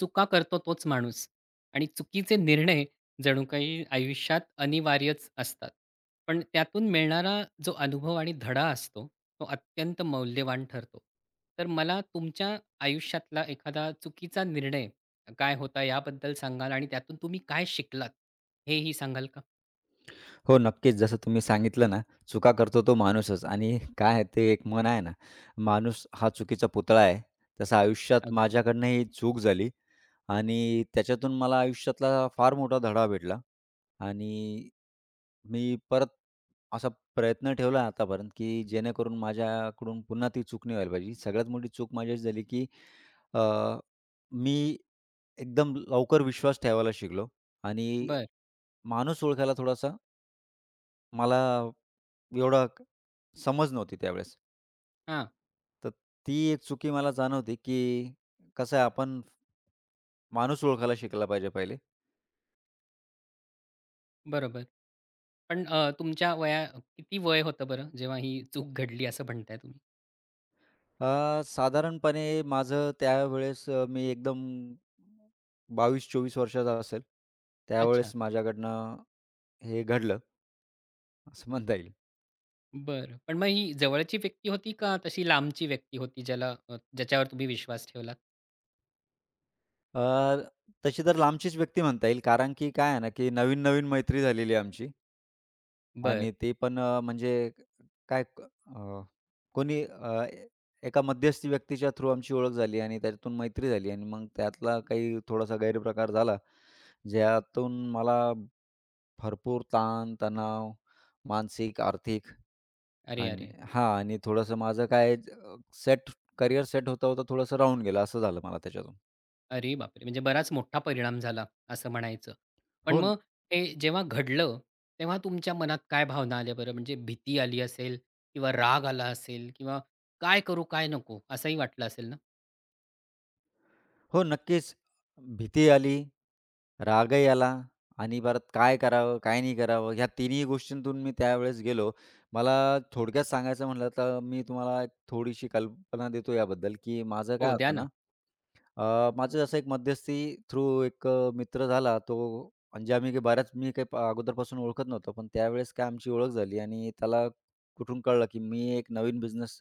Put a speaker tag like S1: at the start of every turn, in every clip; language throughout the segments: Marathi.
S1: चुका करतो तोच माणूस आणि चुकीचे निर्णय जणू काही आयुष्यात अनिवार्यच असतात. पण त्यातून मिळणारा जो अनुभव आणि धडा असतो, तो अत्यंत मौल्यवान ठरतो. तर मला तुमच्या आयुष्यातला एखादा चुकीचा निर्णय काय होता याबद्दल सांगाल आणि त्यातून तुम्ही काय शिकलात, हेही सांगाल का?
S2: हो, नक्कीच. जसं तुम्ही सांगितलं ना, चुका करतो तो माणूसच आणि काय आहे ते एक म्हण आहे ना, माणूस हा चुकीचा पुतळा आहे. तसं आयुष्यात
S1: अगदी.
S2: माझ्याकडनं ही चूक झाली आणि त्याच्यातून मला आयुष्यातला फार मोठा धडा भेटला आणि मी परत असा प्रयत्न ठेवला आतापर्यंत, की जेणेकरून माझ्याकडून पुन्हा ती चूक नाही व्हायला पाहिजे. सगळ्यात मोठी चूक माझी अशी झाली, की अ, मी एकदम लवकर विश्वास ठेवायला शिकलो आणि
S1: बरं.
S2: माणूस ओळखायला थोडासा मला एवढा क समज नव्हती त्यावेळेस.
S1: हां,
S2: तर ती एक चुकी मला जाणवते, की कसं आहे आपण माणूस ओळखायला शिकला पाहिजे पहिले.
S1: बरोबर. पण तुमच्या वया किती वय होतं बरं, जेव्हा ही चूक घडली असं म्हणताय तुम्ही?
S2: साधारणपणे माझं त्यावेळेस मी एकदम 22-24 वर्षाचा असेल.
S1: अच्छा.
S2: त्यावेळेस माझ्याकडनं हे घडलं असं म्हणता येईल.
S1: बरं. पण मग ही जवळची व्यक्ती होती का तशी लांबची व्यक्ती होती ज्याच्यावर तुम्ही विश्वास ठेवलात?
S2: अ, तशी तर लांबचीच व्यक्ती म्हणता येईल कारण की काय आहे ना, की नवीन-नवीन मैत्री झालेली आमची.
S1: बरं.
S2: आणि ते पण म्हणजे काय क- अ, कोणी एका मध्यस्थी व्यक्तीच्या थ्रू आमची ओळख झाली आणि त्याच्यातून मैत्री झाली आणि मग त्यातला काही थोडासा गैरप्रकार झाला, ज्यातून मला भरपूर ताण, तणाव, मानसिक, आर्थिक
S1: अरे,
S2: आणि
S1: अरे!
S2: हां, आणि थोडंसं माझं काय सेट करिअर सेट होता-होता थोडंसं राहून गेलं, असं झालं मला त्याच्यातून.
S1: अरे बापरे! म्हणजे बराच मोठा परिणाम झाला असं म्हणायचं. पण
S2: हो.
S1: मग हे जेव्हा घडलं, तेव्हा तुमच्या मनात काय भावना आल्या बरं? म्हणजे भीती आली असेल किंवा राग आला असेल किंवा काय करू, काय नको असंही वाटलं असेल ना?
S2: हो, नक्कीच. भीती आली, रागही आला आणि परत काय करावं, काय नाही करावं ह्या तिन्ही गोष्टींतून मी त्यावेळेस गेलो. मला थोडक्यात सांगायचं म्हटलं तर मी तुम्हाला एक थोडीशी कल्पना देतो याबद्दल, की माझं काय
S1: हो, द्या
S2: होतं ना,
S1: ना.
S2: माझं असं एक मध्यस्थी थ्रू एक मित्र झाला तो म्हणजे आम्ही काही बऱ्याच मी काही प अगोदरपासून ओळखत नव्हतो. पण त्यावेळेस काय आमची ओळख झाली आणि त्याला कुठून कळलं, की मी एक नवीन बिझनेस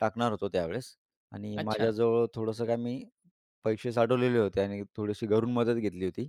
S2: टाकणार होतो त्यावेळेस आणि
S1: अच्छा.
S2: माझ्याजवळ थोडंसं काय मी पैसे साठवलेले होते आणि थोडीशी घरून मदत घेतली होती.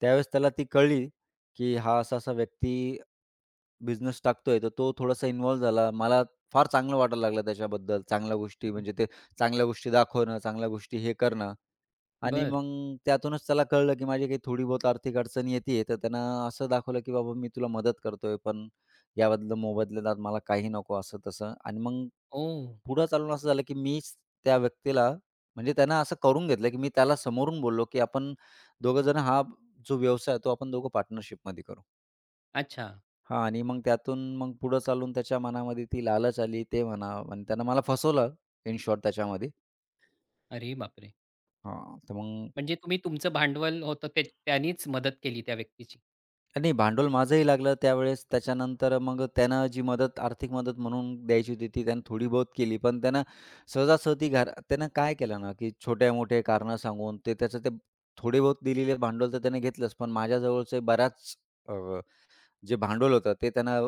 S2: त्यावेळेस त्याला ती कळली, की हा असा-असा व्यक्ती बिझनेस टाकतोय, तर तो थोडासा इन्व्हॉल्व झाला. मला फार चांगलं वाटायला लागलं त्याच्याबद्दल. चांगल्या गोष्टी म्हणजे ते चांगल्या गोष्टी दाखवणं, चांगल्या गोष्टी हे करणं. आणि
S1: बरं.
S2: मग त्यातूनच त्याला कळलं, की माझी काही थोडी बहुत आर्थिक अडचण येतीये, तर त्यानं असं दाखवलं, की "बाबा मी तुला मदत करतोय, पण याबद्दल मोबदल्यात मला काही नको," असं-तसं. आणि मग
S1: ओह!
S2: पुढं चालून असं झालं, की मीच त्या व्यक्तीला म्हणजे त्यानं असं करून घेतलं, की मी त्याला समोरून बोललो, की "आपण दोघं जण हा जो व्यवसाय आहे, तो आपण दोघं पार्टनरशिपमध्ये करू."
S1: अच्छा.
S2: हां, आणि मग त्यातून मग पुढं चालून त्याच्या मनामध्ये ती लालच आली, ते म्हणा आणि त्यानं मला फसवलं इन शॉर्ट त्याच्यामध्ये.
S1: अरे बापरे!
S2: हां, तर मग
S1: म्हणजे तुम्ही तुमचं भांडवल होतं ते त्यानीच मदत केली त्या व्यक्तीची.
S2: नाही, भांडवल माझंही लागलं त्यावेळेस. त्याच्यानंतर मग त्यानं जी मदत, आर्थिक मदत म्हणून द्यायची होती, ती त्यानं थोडी बहुत केली. पण त्यानं सहजासहजी घर त्यानं काय केलं ना, की छोटे-मोठे कारणं सांगून ते त्याचं ते थोडे बहुत दिलेले भांडवल तर त्याने घेतलंच. पण माझ्याजवळचे बराच अ, जे भांडवल होतं ते त्यानं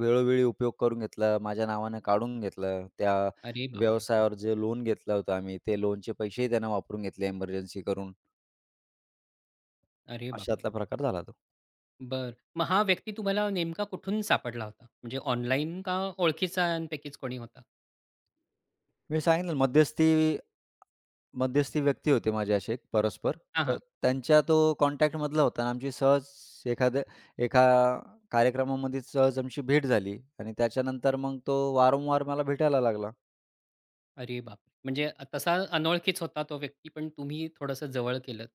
S2: वेळोवेळी उपयोग करून घेतला. माझ्या नावानं काढून घेतलं. त्या
S1: अरे बापरे!
S2: व्यवसायावर जे लोन घेतलं होतं आम्ही, ते लोनचे पैसेही त्यानं वापरून घेतले एमर्जन्सी करून.
S1: अरे बापरे!
S2: अशातला प्रकार झाला तो.
S1: बरं. मग हा व्यक्ती तुम्हाला नेमका कुठून सापडला होता? म्हणजे ऑनलाईन का ओळखीच्यांपैकीच कोणी होता?
S2: मी सांगितलं मध्यस्थी मध्यस्थी व्यक्ती होते माझे असे एक परस्पर.
S1: हां,
S2: तर
S1: हां.
S2: त्यांच्या तो कॉन्टॅक्टमधला होता आणि आमची सहज एखाद्या एका कार्यक्रमामध्ये सहज आमची भेट झाली आणि त्याच्यानंतर मग तो वारंवार मला भेटायला लागला.
S1: अरे बापरे! म्हणजे तसा अनोळखीच होता तो व्यक्ती, पण तुम्ही थोडंसं जवळ केलंत.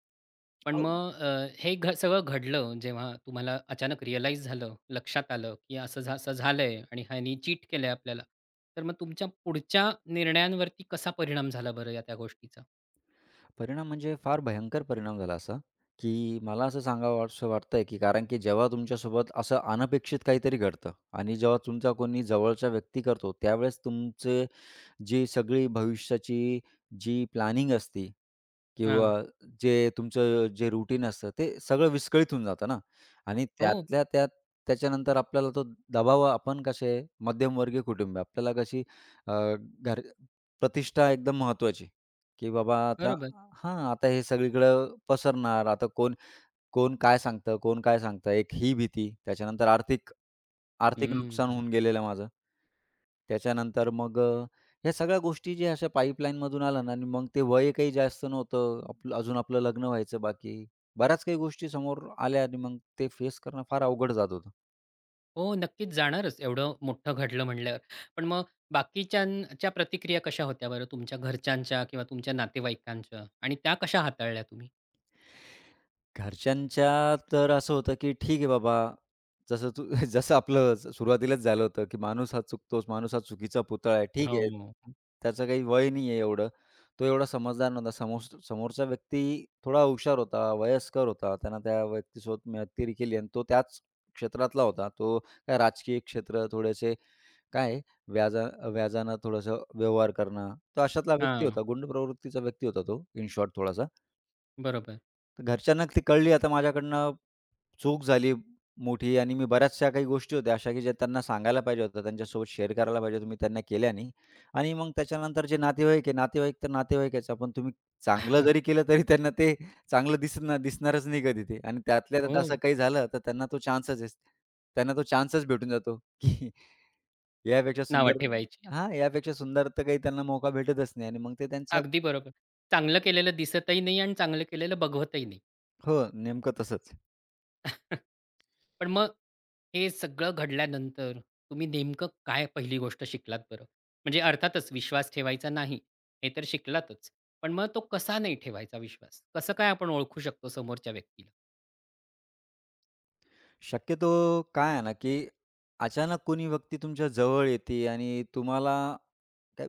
S1: पण
S2: हो.
S1: मग हे घ सगळं घडलं जेव्हा तुम्हाला अचानक रिअलाईज झालं, लक्षात आलं, की असं झालंय आणि ह्यानी चीट केलंय आपल्याला. तर मग तुमच्या पुढच्या निर्णयांवरती कसा परिणाम झाला बरं या त्या गोष्टीचा?
S2: परिणाम म्हणजे फार भयंकर परिणाम झाला असा, की मला असं सांगावसं वाटतंय, की कारण की जेव्हा तुमच्यासोबत असं अनपेक्षित काहीतरी घडतं आणि जेव्हा तुमचा कोणी जवळचा व्यक्ती करतो, त्यावेळेस तुमचे जी सगळी भविष्याची जी प्लॅनिंग असते किंवा
S1: हां.
S2: जे तुमचं जे रुटीन असतं ते सगळं विस्कळीत होऊन जातं ना आणि
S1: हो,
S2: त्यातल्या त्यात त्याच्यानंतर आपल्याला तो दबाव आपण कसे मध्यमवर्गीय कुटुंब आहे. आपल्याला कशी अ, घर प्रतिष्ठा एकदम महत्वाची, की बाबा आता
S1: बरोबर.
S2: हां, आता हे सगळीकडं पसरणार. आता कोण कोण काय सांगतं, कोण काय सांगतं. एक ही भीती. त्याच्यानंतर आर्थिक आर्थिक
S1: हं.
S2: नुकसान होऊन गेलेलं माझं. त्याच्यानंतर मग ह्या सगळ्या गोष्टी ज्या अशा पाईपलाईनमधून आल्या ना आणि मग ते वय काही जास्त नव्हतं. आपलं अजून आपलं लग्न व्हायचं बाकी. बऱ्याच काही गोष्टी समोर आल्या आणि मग ते फेस करणं फार अवघड जात होतं.
S1: हो, नक्कीच जाणारच एवढं मोठं घडलं म्हटल्यावर. पण मग बाकीच्यांच्या प्रतिक्रिया कशा होत्या बरं तुमच्या घरच्यांच्या किंवा तुमच्या नातेवाईकांच्या आणि त्या कशा हाताळल्या तुम्ही?
S2: घरच्यांच्या तर असं होतं, की ठीक आहे बाबा, जसं तू जसं आपलं सुरुवातीलाच झालं होतं, की माणूस हा चुकतोच, माणूस हा चुकीचा पुतळा आहे. ठीक आहे,
S1: हो.
S2: त्याचं काही वय नाही आहे एवढं. तो एवढा समजदार नव्हता. समोरचा व्यक्ती थोडा हुशार होता, वयस्कर होता. त्यानं त्या व्यक्तीसोबत मैत्री केली आणि तो त्याच क्षेत्रातला होता. तो काय राजकीय क्षेत्र थोडेसे काय व्याजा व्याजानं थोडंसं व्यवहार करणं. तो अशातला व्यक्ती
S1: हां,
S2: होता, गुंड प्रवृत्तीचा व्यक्ती होता तो, इन शॉर्ट थोडासा.
S1: बरोबर.
S2: तर घरच्यांना ती कळली आता माझ्याकडनं चूक झाली मोठी आणि मी बऱ्याचशा काही गोष्टी होत्या अशा, की ज्या त्यांना सांगायला पाहिजे होत्या. त्यांच्यासोबत शेअर करायला पाहिजे होतं. मी त्यांना केल्या नाही. आणि मग त्याच्यानंतर जे नातेवाईक आहे, नातेवाईक तर नातेवाईकच आहे. पण तुम्ही चांगलं जरी केलं तरी त्यांना ते चांगलं दिसणार दिसणारच नाही कधी ते. आणि त्यातल्या
S1: हो,
S2: त्यात असं काही झालं तर त्यांना तो चान्सच आहे. त्यांना तो चान्सच भेटून जातो, की यापेक्षा
S1: नावं
S2: सुंदर
S1: ठेवायची.
S2: हां, यापेक्षा सुंदर तर काही त्यांना मौका भेटतच नाही आणि मग ते त्यांच्या
S1: अगदी बरोबर. चांगलं केलेलं दिसतही नाही आणि चांगलं केलेलं बघवतही नाही.
S2: हो, नेमकं तसंच.
S1: पण मग हे सगळं घडल्यानंतर तुम्ही नेमकं काय पहिली गोष्ट शिकलात बरं? म्हणजे अर्थातच विश्वास ठेवायचा नाही, हे तर शिकलातच. पण मग तो कसा नाही ठेवायचा विश्वास? कसं काय आपण ओळखू शकतो समोरच्या व्यक्तीला?
S2: शक्यतो काय आहे ना, की अचानक कोणी व्यक्ती तुमच्या जवळ येते आणि तुम्हाला काय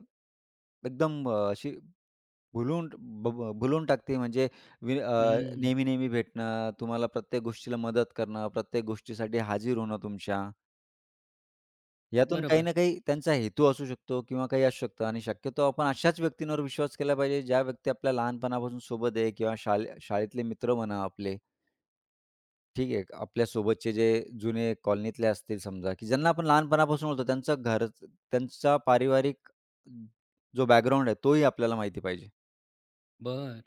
S2: एकदम अशी भुलून ब ब भुलून टाकते म्हणजे वि अ,
S1: हं,
S2: नेहमी-नेहमी भेटणं, तुम्हाला प्रत्येक गोष्टीला मदत करणं, प्रत्येक गोष्टीसाठी हाजीर होणं तुमच्या, यातून काही
S1: बरोबर.
S2: ना काही त्यांचा हेतू असू शकतो किंवा काही असू शकतं आणि शक्यतो आपण अशाच व्यक्तींवर विश्वास केला पाहिजे, ज्या व्यक्ती आपल्या लहानपणापासून सोबत आहे किंवा शाळेतले मित्र म्हणा आपले. ठीक आहे. आपल्यासोबतचे जे जुने कॉलनीतले असतील समजा, की ज्यांना आपण लहानपणापासून ओळखतो, त्यांचं घर त्यांचा पारिवारिक जो बॅकग्राऊंड आहे, तोही आपल्याला माहिती पाहिजे.
S1: बरं.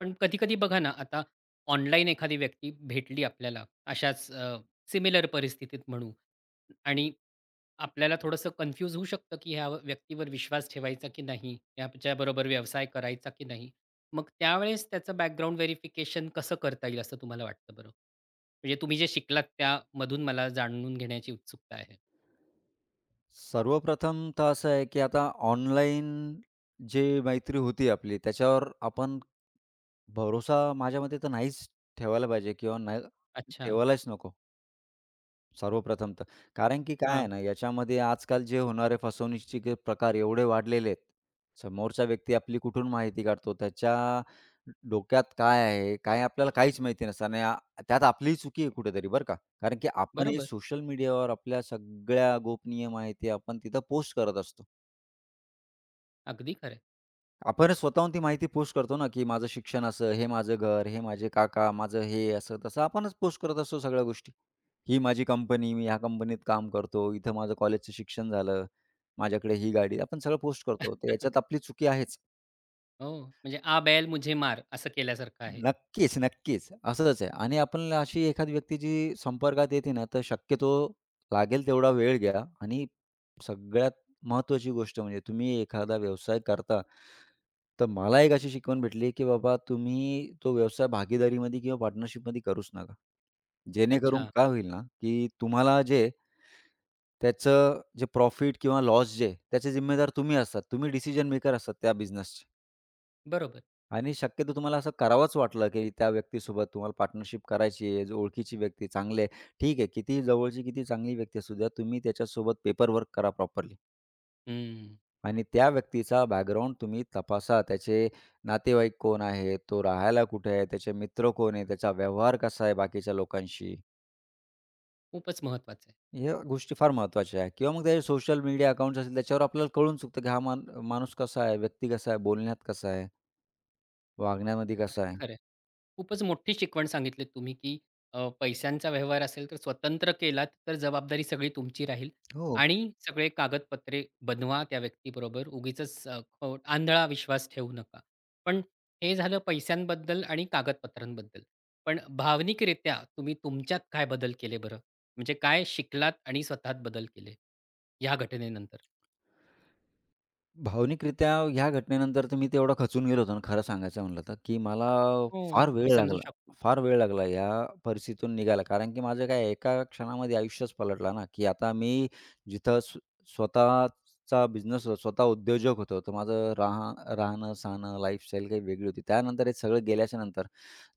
S1: पण कधी-कधी बघा ना, आता ऑनलाईन एखादी व्यक्ती भेटली आपल्याला अशाच सिमिलर परिस्थितीत म्हणू आणि आपल्याला थोडंसं कन्फ्यूज होऊ शकतं, की ह्या व्यक्तीवर विश्वास ठेवायचा की नाही? ह्याच्याबरोबर व्यवसाय करायचा की नाही? मग त्यावेळेस त्याचं बॅकग्राऊंड व्हेरिफिकेशन कसं करता येईल असं तुम्हाला वाटतं बरं? म्हणजे तुम्ही जे शिकलात त्यामधून मला जाणून घेण्याची उत्सुकता आहे.
S2: सर्वप्रथम तर असं आहे, की आता ऑनलाईन जे मैत्री होती आपली, त्याच्यावर आपण भरोसा माझ्या मते तर नाहीच ठेवायला पाहिजे किंवा नाही
S1: अच्छा.
S2: ठेवायलाच नको. सर्वप्रथम तर. कारण की काय आहे
S1: हां.
S2: ना, याच्यामध्ये आजकाल जे होणारे फसवणुकीचे प्रकार एवढे वाढलेले आहेत. समोरचा व्यक्ती आपली कुठून माहिती काढतो, त्याच्या डोक्यात काय आहे, काय आपल्याला काहीच माहिती नसतं आणि त्यात आपलीही चुकी आहे कुठेतरी बरं का. कारण की आपण हे
S1: बरोबर.
S2: सोशल मीडियावर आपल्या सगळ्या गोपनीय माहिती आपण तिथं पोस्ट करत असतो.
S1: अगदी खरं
S2: आपण स्वतःहून ती माहिती पोस्ट करतो ना, की माझं शिक्षण असं, हे माझं घर, हे माझे काका, माझं हे असं-तसं आपणच पोस्ट करत असतो सगळ्या गोष्टी. ही माझी कंपनी, मी ह्या कंपनीत काम करतो, इथं माझं कॉलेजचं शिक्षण झालं, माझ्याकडे ही गाडी, आपण सगळं पोस्ट करतो. तर याच्यात आपली चुकी आहेच.
S1: हो, म्हणजे "आ बैल मुझे मार" असं केल्यासारखं आहे.
S2: नक्कीच, नक्कीच. असंच आहे आणि आपण अशी एखादी व्यक्ती जी संपर्कात येते ना, तर शक्यतो लागेल तेवढा वेळ घ्या आणि सगळ्यात महत्त्वाची गोष्ट म्हणजे तुम्ही एखादा व्यवसाय करता, तर मला एक अशी शिकवण भेटली, की बाबा तुम्ही तो व्यवसाय भागीदारीमध्ये किंवा पार्टनरशिपमध्ये करूच नका. जेणेकरून
S1: अच्छा.
S2: काय होईल ना, की तुम्हाला जे त्याचं जे प्रॉफिट किंवा लॉस जे त्याचे जिम्मेदार तुम्ही असतात. तुम्ही डिसिजन मेकर असतात त्या बिझनेसचे.
S1: बरोबर.
S2: आणि शक्यतो तुम्हाला असं करावंच वाटलं, की त्या व्यक्तीसोबत तुम्हाला पार्टनरशिप करायची आहे, जो ओळखीची व्यक्ती चांगली आहे. ठीक आहे, कितीही जवळची, किती चांगली व्यक्ती असू द्या, तुम्ही त्याच्यासोबत पेपर वर्क करा प्रॉपरली
S1: हं.
S2: आणि त्या व्यक्तीचा बॅकग्राऊंड तुम्ही तपासा. त्याचे नातेवाईक कोण आहे, तो राहायला कुठे आहे, त्याचे मित्र कोण आहे, त्याचा व्यवहार कसा आहे बाकीच्या लोकांशी.
S1: खूपच महत्वाचं आहे.
S2: ह्या गोष्टी फार महत्त्वाच्या आहेत किंवा मग त्याचे सोशल मीडिया अकाउंट्स असतील, त्याच्यावर आपल्याला कळून चुकतं, की हा मान माणूस कसा आहे, व्यक्ती कसा आहे, बोलण्यात कसा आहे, वागण्यामध्ये कसा
S1: अगदी
S2: आहे.
S1: खरं आहे. खूपच मोठी शिकवण सांगितलीत तुम्ही, की पैशांचा व्यवहार असेल तर स्वतंत्र केलात तर जबाबदारी सगळी तुमची राहील
S2: हो.
S1: आणि सगळे कागदपत्रे बनवा त्या व्यक्तीबरोबर. उगीचच खोट आंधळा विश्वास ठेवू नका. पण हे झालं पैशांबद्दल आणि कागदपत्रांबद्दल. पण भावनिकरित्या तुम्ही तुमच्यात काय बदल केले बरं? म्हणजे काय शिकलात आणि स्वतःत बदल केले? या घटनेनंतर.
S2: भावनिकरित्या ह्या घटनेनंतर तर मी तेवढा खचून गेलो होतो ना, खरं सांगायचं म्हटलं तर, की मला
S1: हो.
S2: फार
S1: मी
S2: वेळ
S1: समजू
S2: लागला.
S1: शकतो.
S2: फार वेळ लागला या परिस्थितीतून निघायला. कारण की माझं काय एका क्षणामध्ये आयुष्यच पलटला ना, की आता मी जिथं स्व स्वतःचा बिझनेस होता, स्वतः उद्योजक होतो. तर माझं राहणं-सहाणं, लाईफस्टाईल काही वेगळी होती. त्यानंतर हे सगळं गेल्याच्यानंतर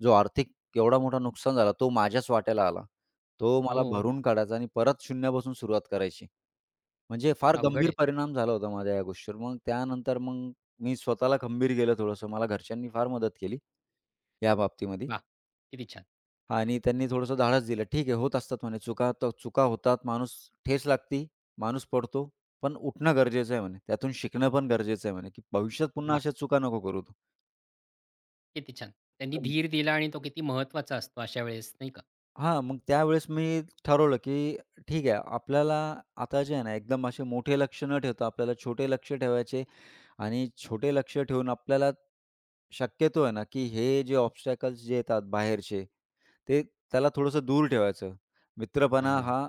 S2: जो आर्थिक एवढा मोठा नुकसान झाला, तो माझ्याच वाट्याला आला. तो
S1: हो,
S2: मला भरून काढायचा आणि परत शून्यापासून सुरुवात करायची. म्हणजे फार
S1: अवघड
S2: गंभीर
S1: आहे.
S2: परिणाम झाला होता माझ्या या गोष्टीवर. मग त्यानंतर मी स्वतःला खंबीर केलं थोडंसं. मला घरच्यांनी फार मदत केली या बाबतीमध्ये
S1: वाह! किती छान.
S2: आणि त्यांनी थोडंसं धाडस दिलं. ठीक आहे, होत असतात म्हणे चुका, तर चुका होतात. माणूस ठेच लागती, माणूस पडतो. पण उठणं गरजेचं आहे म्हणे. त्यातून शिकणं पण गरजेचं आहे म्हणे, की भविष्यात पुन्हा
S1: वाह!
S2: अशा चुका नको करू तू.
S1: किती छान. त्यांनी
S2: हं.
S1: धीर दिला आणि तो किती महत्त्वाचा असतो अशा वेळेस नाही का?
S2: हां, मग त्यावेळेस मी ठरवलं, की ठीक आहे, आपल्याला आता जे आहे ना एकदम असे मोठे लक्ष्य न ठेवता आपल्याला छोटे लक्ष्य ठेवायचे आणि छोटे लक्ष्य ठेवून आपल्याला शक्यतो आहे ना, की हे जे ऑब्स्टॅकल्स जे येतात बाहेरचे, ते त्याला थोडंसं दूर ठेवायचं. मित्रपणा
S1: हां.
S2: हा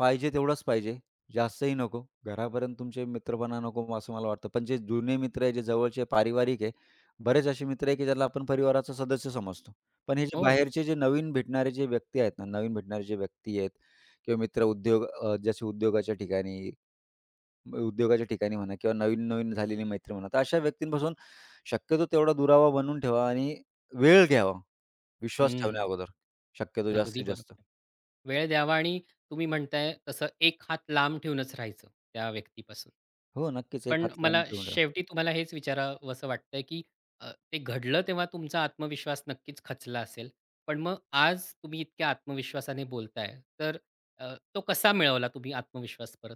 S2: पाहिजे तेवढाच पाहिजे, जास्तही नको. घरापर्यंत तुमचे मित्रपणा नको असं मला वाटतं. पण जे जुने मित्र आहे, जे जवळचे पारिवारिक आहे, बरेच असे मित्र आहे, की ज्याला आपण परिवाराचा सदस्य समजतो. पण हे जे
S1: हो.
S2: बाहेरचे जे नवीन भेटणारे जे व्यक्ती आहेत ना, नवीन भेटणारे जे व्यक्ती आहेत किंवा मित्र जसे उद्योगाच्या ठिकाणी म्हणा किंवा नवीन-नवीन झालेली मैत्री म्हणा. तर अशा व्यक्तींपासून शक्यतो तेवढा दुरावा बनवून ठेवा आणि वेळ घ्यावा विश्वास ठेवण्या
S1: हं.
S2: अगोदर. शक्यतो
S1: अगदी
S2: जास्तीत जास्त.
S1: बरोबर. वेळ द्यावा आणि तुम्ही म्हणताय तसं एक हात लांब ठेवूनच राहायचं त्या व्यक्तीपासून.
S2: हो, नक्कीच एक
S1: पण
S2: हात लांब
S1: मला
S2: ठेवून ठेवा.
S1: शेवटी तुम्हाला हेच विचारावसं वाटतंय, की ते घडलं तेव्हा तुमचा आत्मविश्वास नक्कीच खचला असेल. पण मग आज तुम्ही इतक्या आत्मविश्वासाने बोलताय, तर तो कसा मिळवला तुम्ही आत्मविश्वास परत?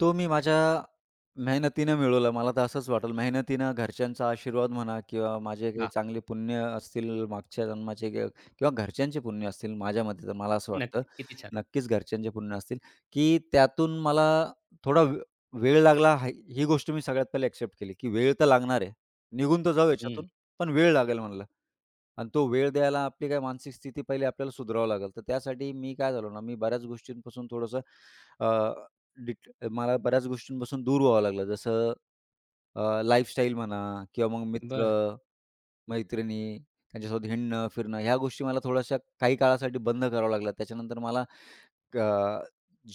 S2: तो मी माझ्या मेहनतीनं मिळवला. मला तर असंच वाटलं. मेहनतीनं घरच्यांचा आशीर्वाद म्हणा किंवा माझे काही
S1: वाह!
S2: चांगले पुण्य असतील मागच्या जन्माचे किंवा घरच्यांचे पुण्य असतील माझ्या मते तर मला असं वाटतं.
S1: नक्की. किती छान.
S2: नक्कीच घरच्यांचे पुण्य असतील, की त्यातून मला थोडा वे वेळ लागला हाय ही गोष्ट मी सगळ्यात पहिले एक्सेप्ट केली, की वेळ तर लागणार आहे. निघून तर जाऊ
S1: हं.
S2: याच्यातून, पण वेळ लागेल म्हणलं. आणि तो वेळ द्यायला आपली काय मानसिक स्थिती पहिले आपल्याला सुधारावं लागेल. तर त्यासाठी मी काय झालो ना, मी बऱ्याच गोष्टींपासून थोडंसं मला बऱ्याच गोष्टींपासून दूर व्हावं लागलं. जसं लाईफस्टाईल म्हणा किंवा मग मित्र
S1: बरं.
S2: मैत्रिणी, त्यांच्यासोबत हिंडणं, फिरणं ह्या गोष्टी मला थोड्याशा काही काळासाठी बंद कराव्या लागल्या. त्याच्यानंतर मला अ,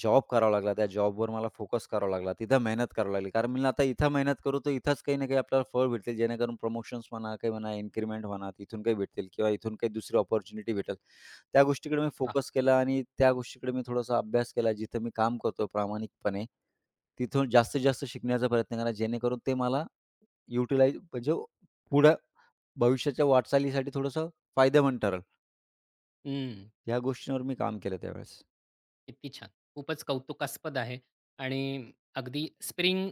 S2: जॉब करावा लागला. त्या जॉबवर मला फोकस करावा लागला. तिथं मेहनत करावी लागली. कारण म्हणलं आता इथं मेहनत करू तर इथंच काही ना काही आपल्याला फळ भेटतील. जेणेकरून प्रमोशन्स म्हणा, काही म्हणा, इन्क्रिमेंट म्हणा, तिथून काही भेटतील किंवा इथून काही दुसरी अपॉर्च्युनिटी भेटेल. त्या गोष्टीकडे मी
S1: वाह!
S2: फोकस केला आणि त्या गोष्टीकडे मी थोडासा अभ्यास केला. जिथं मी काम करतो प्रामाणिकपणे, तिथून जास्तीत जास्त शिकण्याचा प्रयत्न केला. जेणेकरून ते मला युटिलाइज म्हणजे पुढे भविष्याच्या वाटचालीसाठी थोडंसं फायदेमंद ठरेल.
S1: हं.
S2: ह्या गोष्टींवर मी काम केलं त्यावेळेस.
S1: किती छान! खूपच कौतुकास्पद आहे आणि अगदी स्प्रिंग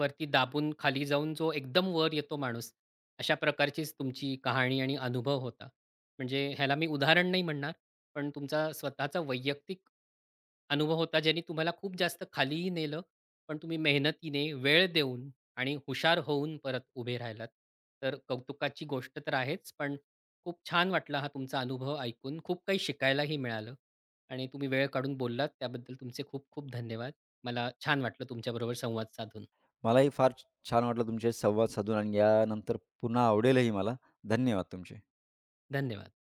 S1: वरती दाबून खाली जाऊन जो एकदम वर येतो माणूस, अशा प्रकारचीच तुमची कहाणी आणि अनुभव होता. म्हणजे ह्याला मी उदाहरण नाही म्हणणार, पण तुमचा स्वतःचा वैयक्तिक अनुभव होता, ज्याने तुम्हाला खूप जास्त खालीही नेलं, पण तुम्ही मेहनतीने, वेळ देऊन आणि हुशार होऊन परत उभे राहिलात. तर कौतुकाची गोष्ट तर आहेच, पण खूप छान वाटला हा तुमचा अनुभव ऐकून. खूप काही शिकायलाही मिळालं. आणि तुम्ही वेळ काढून बोललात त्याबद्दल तुमचे खूप खूप धन्यवाद. मला छान वाटलं तुमच्याबरोबर संवाद साधून.
S2: मलाही फार छान वाटलं तुमच्याशी संवाद साधून आणि यानंतर पुन्हा आवडेलही मला. धन्यवाद तुमचे.
S1: धन्यवाद.